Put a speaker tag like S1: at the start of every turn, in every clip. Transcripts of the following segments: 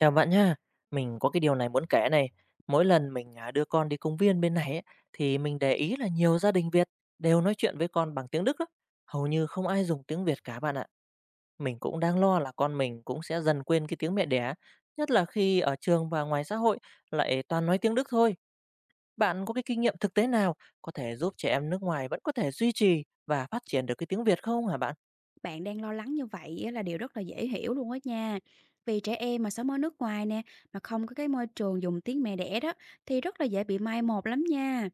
S1: Chào bạn nha. Mình có cái điều này muốn kể này. Mỗi lần mình, đưa con đi công viên bên này ấy, thì mình để ý là nhiều gia đình Việt đều nói chuyện với con bằng tiếng Đức lắm. Hầu như không ai dùng tiếng Việt cả bạn ạ. Mình cũng đang lo là con mình cũng sẽ dần quên cái tiếng mẹ đẻ, nhất là khi ở trường và ngoài xã hội lại toàn nói tiếng Đức thôi. Bạn có cái kinh nghiệm thực tế nào có thể giúp trẻ em nước ngoài vẫn có thể duy trì và phát triển được cái tiếng Việt không hả bạn?
S2: Bạn đang lo lắng như vậy á là điều rất là dễ hiểu luôn á nha. Vì trẻ em mà sống ở nước ngoài nè, mà không có cái môi trường dùng tiếng mẹ đẻ đó thì rất là dễ bị mai một lắm nha.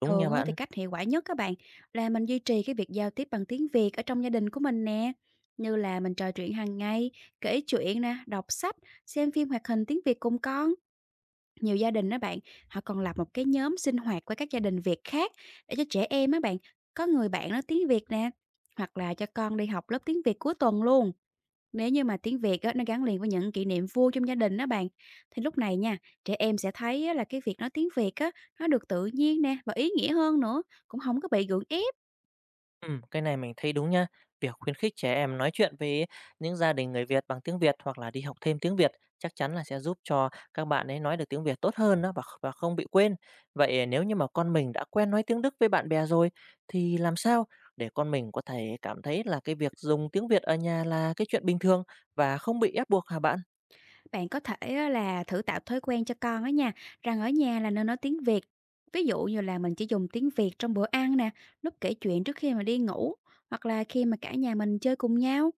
S1: Đúng nha
S2: Thường á thì
S1: bạn.
S2: cách hiệu quả nhất các bạn là mình duy trì cái việc giao tiếp bằng tiếng Việt ở trong gia đình của mình nè. Như là mình trò chuyện hàng ngày, kể chuyện nè, đọc sách, xem phim hoạt hình tiếng Việt cùng con. Nhiều gia đình đó bạn, họ còn lập một cái nhóm sinh hoạt với các gia đình Việt khác để cho trẻ em á bạn có người bạn nói tiếng Việt nè, hoặc là cho con đi học lớp tiếng Việt cuối tuần luôn. Nếu như mà tiếng Việt á, nó gắn liền với những kỷ niệm vui trong gia đình đó bạn, thì lúc này nha, trẻ em sẽ thấy á, là cái việc nói tiếng Việt á, nó được tự nhiên nè và ý nghĩa hơn nữa, cũng không có bị gượng ép.
S1: Cái này mình thấy đúng nha. Việc khuyến khích trẻ em nói chuyện với những gia đình người Việt bằng tiếng Việt hoặc là đi học thêm tiếng Việt chắc chắn là sẽ giúp cho các bạn ấy nói được tiếng Việt tốt hơn đó và không bị quên. Vậy nếu như mà con mình đã quen nói tiếng Đức với bạn bè rồi thì làm sao để con mình có thể cảm thấy là cái việc dùng tiếng Việt ở nhà là cái chuyện bình thường và không bị ép buộc hả bạn?
S2: Bạn có thể á là thử tạo thói quen cho con á nha, rằng ở nhà là nên nói tiếng Việt. Ví dụ như là mình chỉ dùng tiếng Việt trong bữa ăn nè, lúc kể chuyện trước khi mà đi ngủ, hoặc là khi mà cả nhà mình chơi cùng nhau.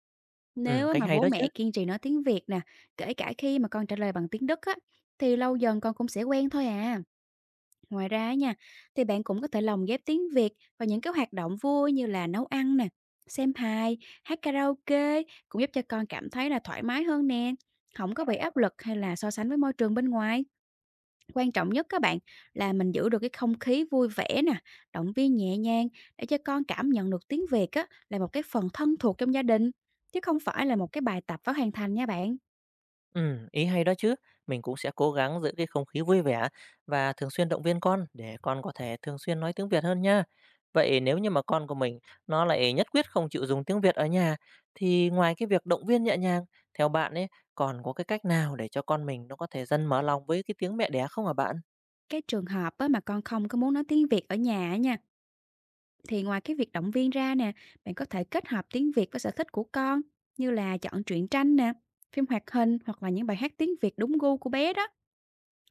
S1: Ừ,
S2: Nếu á
S1: cách
S2: mà
S1: hay
S2: bố
S1: đó chứ.
S2: mẹ kiên trì nói tiếng Việt nè, kể cả khi mà con trả lời bằng tiếng Đức á, thì lâu dần con cũng sẽ quen thôi à. Ngoài ra á nha, thì bạn cũng có thể lồng ghép tiếng Việt vào những cái hoạt động vui như là nấu ăn nè, xem hài, hát karaoke cũng giúp cho con cảm thấy là thoải mái hơn nè, không có bị áp lực hay là so sánh với môi trường bên ngoài. Quan trọng nhất các bạn là mình giữ được cái không khí vui vẻ nè, động viên nhẹ nhàng để cho con cảm nhận được tiếng Việt á là một cái phần thân thuộc trong gia đình chứ không phải là một cái bài tập phải hoàn thành nha bạn.
S1: Ý hay đó chứ. Mình cũng sẽ cố gắng giữ cái không khí vui vẻ và thường xuyên động viên con để con có thể thường xuyên nói tiếng Việt hơn nha. Vậy nếu như mà con của mình nó lại nhất quyết không chịu dùng tiếng Việt ở nhà thì ngoài cái việc động viên nhẹ nhàng, theo bạn ấy còn có cái cách nào để cho con mình nó có thể dần mở lòng với cái tiếng mẹ đẻ không hả bạn?
S2: Cái trường hợp á, mà con không có muốn nói tiếng Việt ở nhà á nha, thì ngoài cái việc động viên ra nè, bạn có thể kết hợp tiếng Việt với sở thích của con như là chọn truyện tranh nè, phim hoạt hình hoặc là những bài hát tiếng Việt đúng gu của bé đó.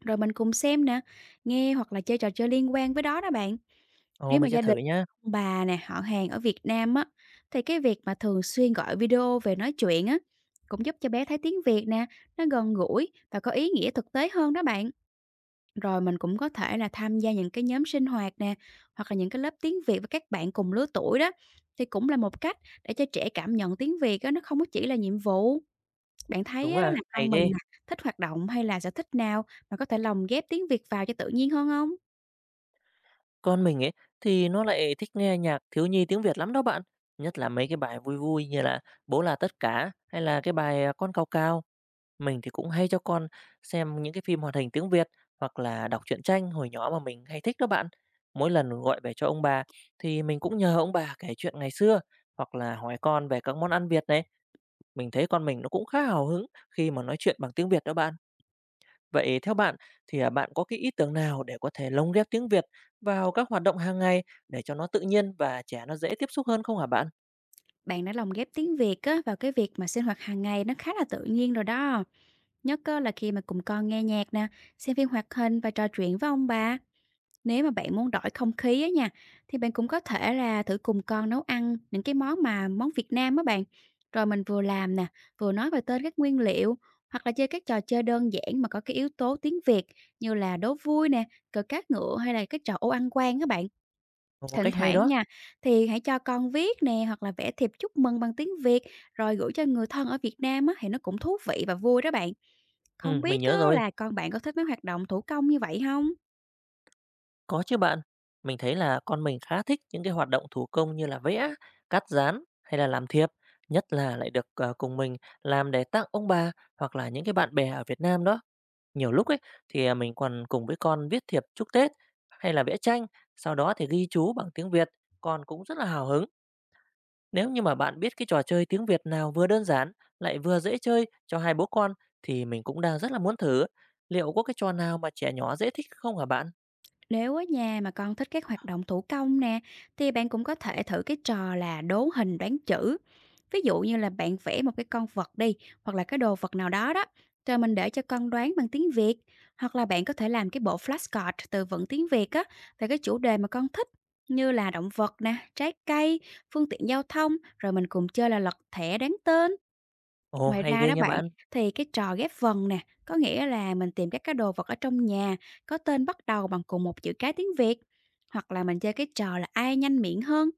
S2: Rồi mình cùng xem nè, nghe hoặc là chơi trò chơi liên quan với đó đó bạn.
S1: Ồ,
S2: Nếu
S1: mình
S2: mà
S1: sẽ
S2: gia
S1: thử
S2: đình
S1: nhá.
S2: ông bà nè, họ hàng ở Việt Nam á, thì cái việc mà thường xuyên gọi video về nói chuyện á cũng giúp cho bé thấy tiếng Việt nè, nó gần gũi và có ý nghĩa thực tế hơn đó bạn. Rồi mình cũng có thể là tham gia những cái nhóm sinh hoạt nè, hoặc là những cái lớp tiếng Việt với các bạn cùng lứa tuổi đó, thì cũng là một cách để cho trẻ cảm nhận tiếng Việt á, nó không có chỉ là nhiệm vụ. Bạn
S1: Đúng
S2: thấy á,
S1: à,
S2: là
S1: hay
S2: con mình
S1: ghê.
S2: nè, thích hoạt động hay là sở thích nào mà có thể lồng ghép tiếng Việt vào cho tự nhiên hơn không?
S1: Con mình ấy thì nó lại thích nghe nhạc thiếu nhi tiếng Việt lắm đó bạn. Nhất là mấy cái bài vui vui như là Bố là tất cả hay là cái bài Con cào cào. Mình thì cũng hay cho con xem những cái phim hoạt hình tiếng Việt hoặc là đọc truyện tranh hồi nhỏ mà mình hay thích đó bạn. Mỗi lần gọi về cho ông bà thì mình cũng nhờ ông bà kể chuyện ngày xưa hoặc là hỏi con về các món ăn Việt này. Mình thấy con mình nó cũng khá hào hứng khi mà nói chuyện bằng tiếng Việt đó bạn. Vậy theo bạn thì bạn có cái ý tưởng nào để có thể lồng ghép tiếng Việt vào các hoạt động hàng ngày để cho nó tự nhiên và trẻ nó dễ tiếp xúc hơn không hả bạn?
S2: Bạn đã lồng ghép tiếng Việt á, vào cái việc mà sinh hoạt hàng ngày nó khá là tự nhiên rồi đó, nhất á, là khi mà cùng con nghe nhạc nè, xem phim hoạt hình và trò chuyện với ông bà. Nếu mà bạn muốn đổi không khí á nha, thì bạn cũng có thể là thử cùng con nấu ăn những cái món mà món Việt Nam á bạn. Rồi mình vừa làm nè, vừa nói về tên các nguyên liệu, hoặc là chơi các trò chơi đơn giản mà có cái yếu tố tiếng Việt như là đố vui nè, cờ cát ngựa hay là cái trò ô ăn quan các bạn.
S1: Một
S2: Thỉnh
S1: cách hay
S2: thoảng
S1: đó.
S2: nha, thì hãy cho con viết nè hoặc là vẽ thiệp chúc mừng bằng tiếng Việt rồi gửi cho người thân ở Việt Nam á, thì nó cũng thú vị và vui đó bạn.
S1: Ừ,
S2: Không
S1: mình
S2: biết
S1: nhớ
S2: á,
S1: rồi.
S2: là con bạn có thích mấy hoạt động thủ công như vậy không?
S1: Có chứ bạn, mình thấy là con mình khá thích những cái hoạt động thủ công như là vẽ, cắt dán hay là làm thiệp, nhất là lại được cùng mình làm để tặng ông bà hoặc là những cái bạn bè ở Việt Nam đó. Nhiều lúc ấy thì mình còn cùng với con viết thiệp chúc Tết hay là vẽ tranh, sau đó thì ghi chú bằng tiếng Việt, con cũng rất là hào hứng. Nếu như mà bạn biết cái trò chơi tiếng Việt nào vừa đơn giản lại vừa dễ chơi cho hai bố con thì mình cũng đang rất là muốn thử. Liệu có cái trò nào mà trẻ nhỏ dễ thích không hả bạn?
S2: Nếu ở nhà mà con thích các hoạt động thủ công nè, thì bạn cũng có thể thử cái trò là đố hình đoán chữ. Ví dụ như là bạn vẽ một cái con vật đi, hoặc là cái đồ vật nào đó đó, rồi mình để cho con đoán bằng tiếng Việt. Hoặc là bạn có thể làm cái bộ flashcard từ vựng tiếng Việt á, về cái chủ đề mà con thích, như là động vật nè, trái cây, phương tiện giao thông, rồi mình cùng chơi là lật thẻ đoán tên.
S1: Ồ,
S2: Ngoài
S1: hay
S2: ra
S1: ghê
S2: đó
S1: nha
S2: bạn,
S1: bạn.
S2: thì cái trò ghép vần nè, có nghĩa là mình tìm các cái đồ vật ở trong nhà có tên bắt đầu bằng cùng một chữ cái tiếng Việt, hoặc là mình chơi cái trò là ai nhanh miệng hơn,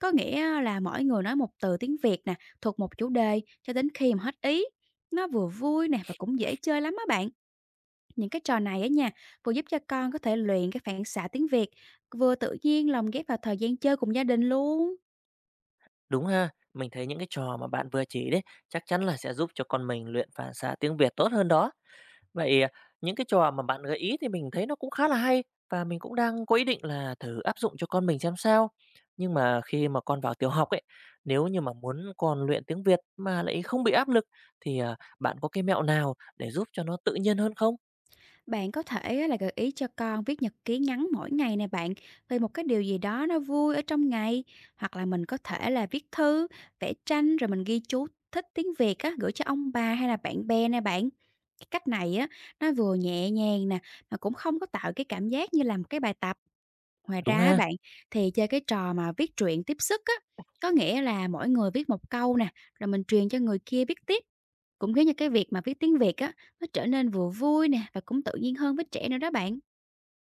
S2: có nghĩa là mỗi người nói một từ tiếng Việt nè, thuộc một chủ đề cho đến khi mà hết ý. Nó vừa vui nè và cũng dễ chơi lắm á bạn. Những cái trò này á nha, vừa giúp cho con có thể luyện cái phản xạ tiếng Việt, vừa tự nhiên lồng ghép vào thời gian chơi cùng gia đình luôn.
S1: Đúng ha, mình thấy những cái trò mà bạn vừa chỉ đấy chắc chắn là sẽ giúp cho con mình luyện phản xạ tiếng Việt tốt hơn đó. Vậy những cái trò mà bạn gợi ý thì mình thấy nó cũng khá là hay và mình cũng đang có ý định là thử áp dụng cho con mình xem sao. Nhưng mà khi mà con vào tiểu học ấy, nếu như mà muốn con luyện tiếng Việt mà lại không bị áp lực thì bạn có cái mẹo nào để giúp cho nó tự nhiên hơn không?
S2: Bạn có thể á là gợi ý cho con viết nhật ký ngắn mỗi ngày nè bạn, về một cái điều gì đó nó vui ở trong ngày, hoặc là mình có thể là viết thư, vẽ tranh rồi mình ghi chú thích tiếng Việt á gửi cho ông bà hay là bạn bè nè bạn. Cái cách này á, nó vừa nhẹ nhàng nè, mà cũng không có tạo cái cảm giác như làm cái bài tập. Ngoài
S1: Đúng
S2: ra á
S1: ha?
S2: bạn, thì chơi cái trò mà viết truyện tiếp sức á, có nghĩa là mỗi người viết một câu nè, rồi mình truyền cho người kia viết tiếp. Cũng giống như cái việc mà viết tiếng Việt á, nó trở nên vừa vui nè và cũng tự nhiên hơn với trẻ nữa đó bạn.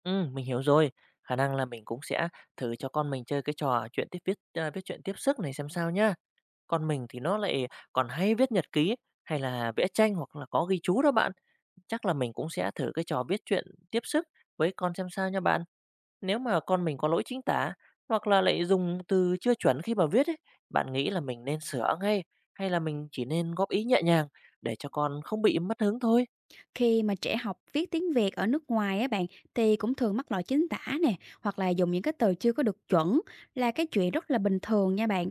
S1: Ừ, mình hiểu rồi. Khả năng là mình cũng sẽ thử cho con mình chơi cái trò chuyện tiếp viết à, viết truyện tiếp sức này xem sao nhá. Còn mình thì nó lại còn hay viết nhật ký, ấy, hay là vẽ tranh hoặc là có ghi chú đó bạn. Chắc là mình cũng sẽ thử cái trò viết truyện tiếp sức với con xem sao nha bạn. Nếu mà con mình có lỗi chính tả hoặc là lại dùng từ chưa chuẩn khi mà viết ấy, bạn nghĩ là mình nên sửa ngay hay là mình chỉ nên góp ý nhẹ nhàng để cho con không bị mất hứng thôi?
S2: Khi mà trẻ học viết tiếng Việt ở nước ngoài á bạn, thì cũng thường mắc lỗi chính tả nè hoặc là dùng những cái từ chưa có được chuẩn là cái chuyện rất là bình thường nha bạn.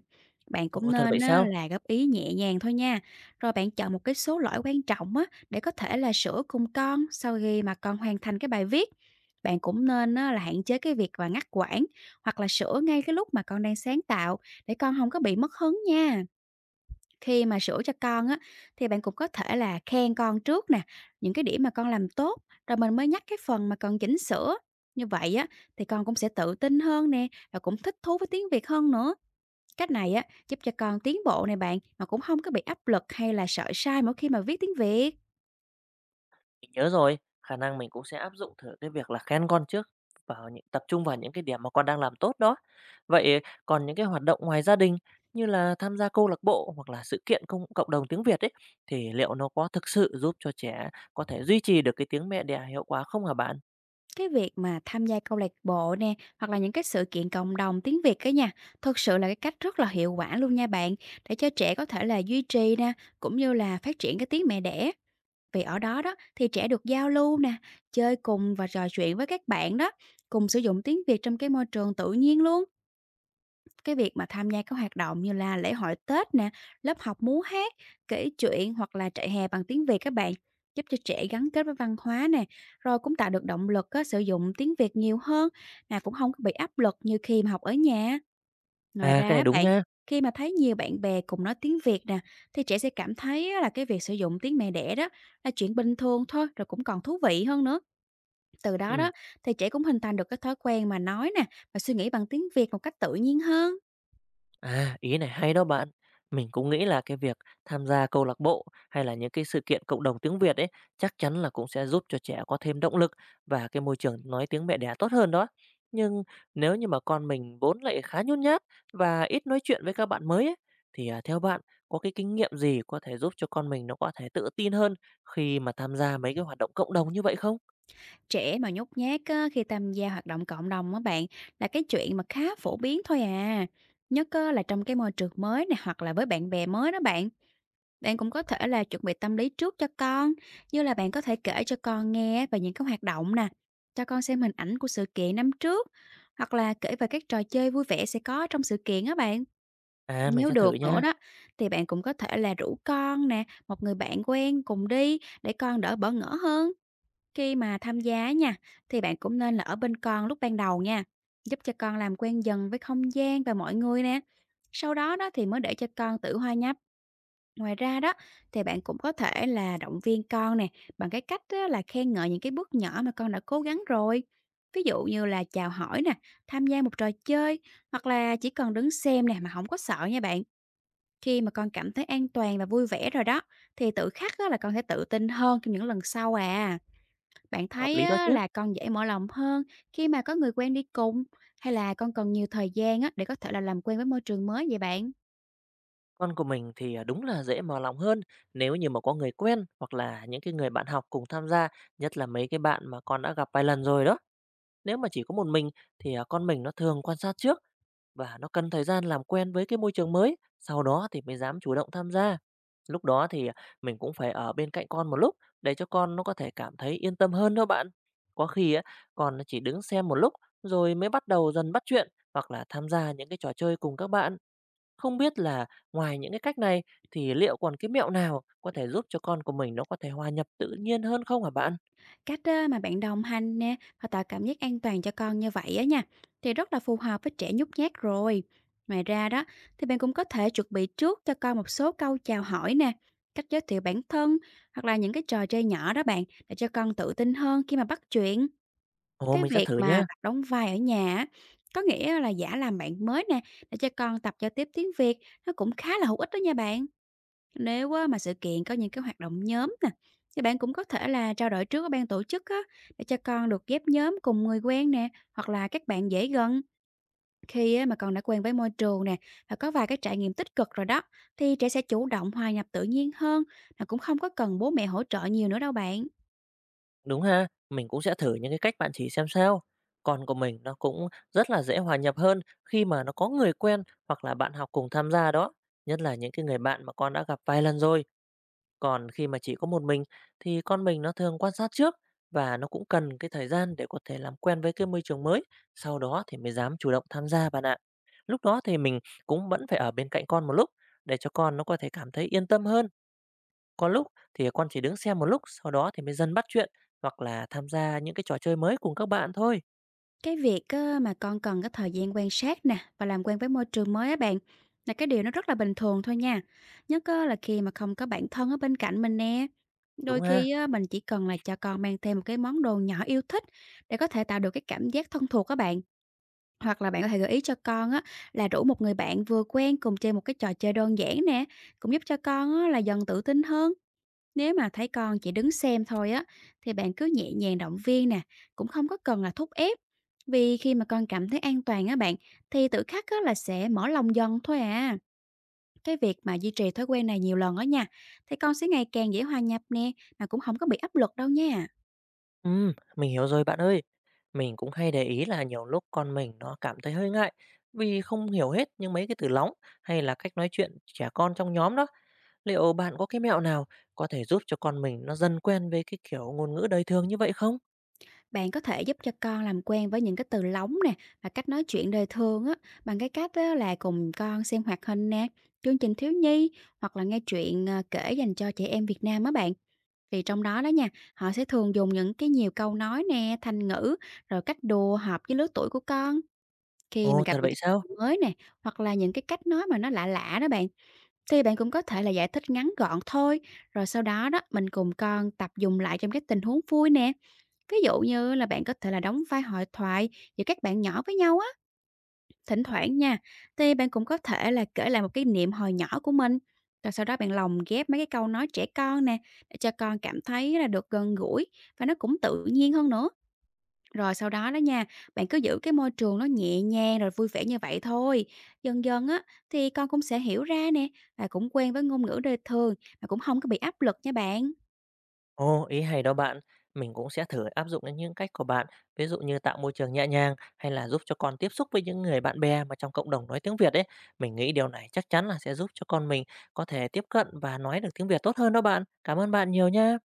S2: Bạn
S1: Ồ,
S2: cũng
S1: thật vậy
S2: nên á,
S1: sao?
S2: là góp ý nhẹ nhàng thôi nha. Rồi bạn chọn một cái số lỗi quan trọng á để có thể là sửa cùng con sau khi mà con hoàn thành cái bài viết. Bạn cũng nên á, là hạn chế cái việc mà ngắt quãng hoặc là sửa ngay cái lúc mà con đang sáng tạo để con không có bị mất hứng nha. Khi mà sửa cho con á, thì bạn cũng có thể là khen con trước nè, những cái điểm mà con làm tốt, rồi mình mới nhắc cái phần mà cần chỉnh sửa. Như vậy á, thì con cũng sẽ tự tin hơn nè, và cũng thích thú với tiếng Việt hơn nữa. Cách này á, giúp cho con tiến bộ này bạn, mà cũng không có bị áp lực hay là sợ sai mỗi khi mà viết tiếng Việt.
S1: Mình nhớ rồi, khả năng mình cũng sẽ áp dụng thử cái việc là khen con trước vào những tập trung vào những cái điểm mà con đang làm tốt đó. Vậy còn những cái hoạt động ngoài gia đình như là tham gia câu lạc bộ hoặc là sự kiện công cộng đồng tiếng Việt ấy thì liệu nó có thực sự giúp cho trẻ có thể duy trì được cái tiếng mẹ đẻ hiệu quả không hả bạn?
S2: Cái việc mà tham gia câu lạc bộ nè, hoặc là những cái sự kiện cộng đồng tiếng Việt cái nha, thực sự là cái cách rất là hiệu quả luôn nha bạn, để cho trẻ có thể là duy trì nè, cũng như là phát triển cái tiếng mẹ đẻ. Vì ở đó đó thì trẻ được giao lưu nè, chơi cùng và trò chuyện với các bạn đó, cùng sử dụng tiếng Việt trong cái môi trường tự nhiên luôn. Cái việc mà tham gia các hoạt động như là lễ hội Tết nè, lớp học múa hát, kể chuyện hoặc là trại hè bằng tiếng Việt các bạn, giúp cho trẻ gắn kết với văn hóa nè, rồi cũng tạo được động lực á, sử dụng tiếng Việt nhiều hơn, mà cũng không có bị áp lực như khi mà học ở nhà. Ngoài
S1: À,
S2: ra
S1: cái này
S2: á
S1: đúng
S2: bạn,
S1: nhá.
S2: khi mà thấy nhiều bạn bè cùng nói tiếng Việt nè, thì trẻ sẽ cảm thấy á là cái việc sử dụng tiếng mẹ đẻ đó là chuyện bình thường thôi, rồi cũng còn thú vị hơn nữa. Từ đó
S1: Ừ.
S2: đó, thì trẻ cũng hình thành được cái thói quen mà nói nè, và suy nghĩ bằng tiếng Việt một cách tự nhiên hơn.
S1: À, ý này hay đó bạn. Mình cũng nghĩ là cái việc tham gia câu lạc bộ hay là những cái sự kiện cộng đồng tiếng Việt ấy chắc chắn là cũng sẽ giúp cho trẻ có thêm động lực và cái môi trường nói tiếng mẹ đẻ tốt hơn đó. Nhưng nếu như mà con mình vốn lại khá nhút nhát và ít nói chuyện với các bạn mới ấy, thì theo bạn có cái kinh nghiệm gì có thể giúp cho con mình nó có thể tự tin hơn khi mà tham gia mấy cái hoạt động cộng đồng như vậy không?
S2: Trẻ mà nhút nhát á, khi tham gia hoạt động cộng đồng á bạn là cái chuyện mà khá phổ biến thôi à. Nhất á, là trong cái môi trường mới này hoặc là với bạn bè mới đó bạn. Bạn cũng có thể là chuẩn bị tâm lý trước cho con, như là bạn có thể kể cho con nghe về những cái hoạt động nè, cho con xem hình ảnh của sự kiện năm trước, hoặc là kể về các trò chơi vui vẻ sẽ có trong sự kiện á bạn.
S1: À, mình
S2: Nếu
S1: sẽ thử
S2: được nữa
S1: nha.
S2: đó, thì bạn cũng có thể là rủ con nè, một người bạn quen cùng đi để con đỡ bỡ ngỡ hơn khi mà tham gia nha, thì bạn cũng nên là ở bên con lúc ban đầu nha, giúp cho con làm quen dần với không gian và mọi người nè. Sau đó đó thì mới để cho con tự hòa nhập. Ngoài ra đó thì bạn cũng có thể là động viên con nè bằng cái cách á, là khen ngợi những cái bước nhỏ mà con đã cố gắng rồi. Ví dụ như là chào hỏi nè, tham gia một trò chơi hoặc là chỉ cần đứng xem nè mà không có sợ nha bạn. Khi mà con cảm thấy an toàn và vui vẻ rồi đó thì tự khắc á, là con sẽ tự tin hơn trong những lần sau à. Bạn
S1: Hợp
S2: thấy
S1: lý đó
S2: á,
S1: chứ.
S2: là con dễ mở lòng hơn khi mà có người quen đi cùng, hay là con cần nhiều thời gian á, để có thể là làm quen với môi trường mới vậy bạn?
S1: Con của mình thì, đúng là dễ mở lòng hơn nếu như mà có người quen hoặc là những cái người bạn học cùng tham gia, nhất là mấy cái bạn mà con đã gặp vài lần rồi đó. Nếu mà chỉ có một mình thì, con mình nó thường quan sát trước và nó cần thời gian làm quen với cái môi trường mới, sau đó thì mới dám chủ động tham gia. Lúc đó thì, mình cũng phải ở bên cạnh con một lúc để cho con nó có thể cảm thấy yên tâm hơn đó bạn. Có khi á, con nó chỉ đứng xem một lúc rồi mới bắt đầu dần bắt chuyện hoặc là tham gia những cái trò chơi cùng các bạn. Không biết là ngoài những cái cách này thì liệu còn cái mẹo nào có thể giúp cho con của mình nó có thể hòa nhập tự nhiên hơn không hả bạn?
S2: Cách á, mà bạn đồng hành nè và tạo cảm giác an toàn cho con như vậy á nha, thì rất là phù hợp với trẻ nhút nhát rồi. Ngoài ra đó thì bạn cũng có thể chuẩn bị trước cho con một số câu chào hỏi nè, cách giới thiệu bản thân hoặc là những cái trò chơi nhỏ đó bạn, để cho con tự tin hơn khi mà bắt chuyện.
S1: Ồ,
S2: Cái
S1: mình sẽ
S2: việc
S1: thử
S2: mà
S1: nhá.
S2: tập đóng vai ở nhà á, có nghĩa là giả làm bạn mới nè, để cho con tập giao tiếp tiếng Việt, nó cũng khá là hữu ích đó nha bạn. Nếu á, mà sự kiện có những cái hoạt động nhóm nè, thì bạn cũng có thể là trao đổi trước với ban tổ chức á, để cho con được ghép nhóm cùng người quen nè, hoặc là các bạn dễ gần. Khi á, mà con đã quen với môi trường nè, và có vài cái trải nghiệm tích cực rồi đó, thì trẻ sẽ chủ động hòa nhập tự nhiên hơn, mà cũng không có cần bố mẹ hỗ trợ nhiều nữa đâu bạn.
S1: Đúng ha, mình cũng sẽ thử những cái cách bạn chỉ xem sao. Con của mình nó cũng rất là dễ hòa nhập hơn khi mà nó có người quen hoặc là bạn học cùng tham gia đó. Nhất là những cái người bạn mà con đã gặp vài lần rồi. Còn khi mà chỉ có một mình thì con mình nó thường quan sát trước và nó cũng cần cái thời gian để có thể làm quen với cái môi trường mới, sau đó thì mới dám chủ động tham gia bạn ạ. Lúc đó thì mình cũng vẫn phải ở bên cạnh con một lúc để cho con nó có thể cảm thấy yên tâm hơn. Có lúc thì con chỉ đứng xem một lúc, sau đó thì mới dần bắt chuyện hoặc là tham gia những cái trò chơi mới cùng các bạn thôi.
S2: Cái việc á, mà con cần cái thời gian quan sát nè và làm quen với môi trường mới á bạn, là cái điều nó rất là bình thường thôi nha. Nhất á, là khi mà không có bạn thân ở bên cạnh mình nè.
S1: Đúng
S2: Đôi
S1: ha?
S2: khi á, mình chỉ cần là cho con mang theo một cái món đồ nhỏ yêu thích để có thể tạo được cái cảm giác thân thuộc các bạn. Hoặc là bạn có thể gợi ý cho con á, là rủ một người bạn vừa quen cùng chơi một cái trò chơi đơn giản nè. Cũng giúp cho con á, là dần tự tin hơn. Nếu mà thấy con chỉ đứng xem thôi á, thì bạn cứ nhẹ nhàng động viên nè, cũng không có cần là thúc ép. Vì khi mà con cảm thấy an toàn á bạn, thì tự khắc á là sẽ mở lòng dần thôi à. Cái việc mà duy trì thói quen này nhiều lần á nha, thì con sẽ ngày càng dễ hòa nhập nè, mà cũng không có bị áp lực đâu nha.
S1: Mình hiểu rồi bạn ơi. Mình cũng hay để ý là nhiều lúc con mình nó cảm thấy hơi ngại vì không hiểu hết những mấy cái từ lóng hay là cách nói chuyện trẻ con trong nhóm đó. Liệu bạn có cái mẹo nào có thể giúp cho con mình nó dần quen với cái kiểu ngôn ngữ đời thường như vậy không?
S2: Bạn có thể giúp cho con làm quen với những cái từ lóng nè và cách nói chuyện đời thường á, bằng cái cách á là cùng con xem hoạt hình nè, chương trình thiếu nhi hoặc là nghe chuyện à, kể dành cho trẻ em Việt Nam á bạn. Thì trong đó đó nha, họ sẽ thường dùng những cái nhiều câu nói nè, thành ngữ, rồi cách đùa hợp với lứa tuổi của con. Khi
S1: Ồ,
S2: mà
S1: thật
S2: gặp những
S1: vậy sao?
S2: cái mới nè, hoặc là những cái cách nói mà nó lạ lạ đó bạn, thì bạn cũng có thể là giải thích ngắn gọn thôi, rồi sau đó đó mình cùng con tập dùng lại trong các tình huống vui nè. Ví dụ như là bạn có thể là đóng vai hội thoại giữa các bạn nhỏ với nhau á. Thỉnh thoảng nha, thì bạn cũng có thể là kể lại một cái niệm hồi nhỏ của mình, rồi sau đó bạn lồng ghép mấy cái câu nói trẻ con nè, để cho con cảm thấy là được gần gũi và nó cũng tự nhiên hơn nữa. Rồi sau đó đó nha, bạn cứ giữ cái môi trường nó nhẹ nhàng rồi vui vẻ như vậy thôi. Dần dần á thì con cũng sẽ hiểu ra nè và cũng quen với ngôn ngữ đời thường mà cũng không có bị áp lực nha bạn.
S1: Ồ, ý hay đó bạn. Mình cũng sẽ thử áp dụng đến những cách của bạn, ví dụ như tạo môi trường nhẹ nhàng hay là giúp cho con tiếp xúc với những người bạn bè mà trong cộng đồng nói tiếng Việt ấy. Mình nghĩ điều này chắc chắn là sẽ giúp cho con mình có thể tiếp cận và nói được tiếng Việt tốt hơn đó bạn. Cảm ơn bạn nhiều nha.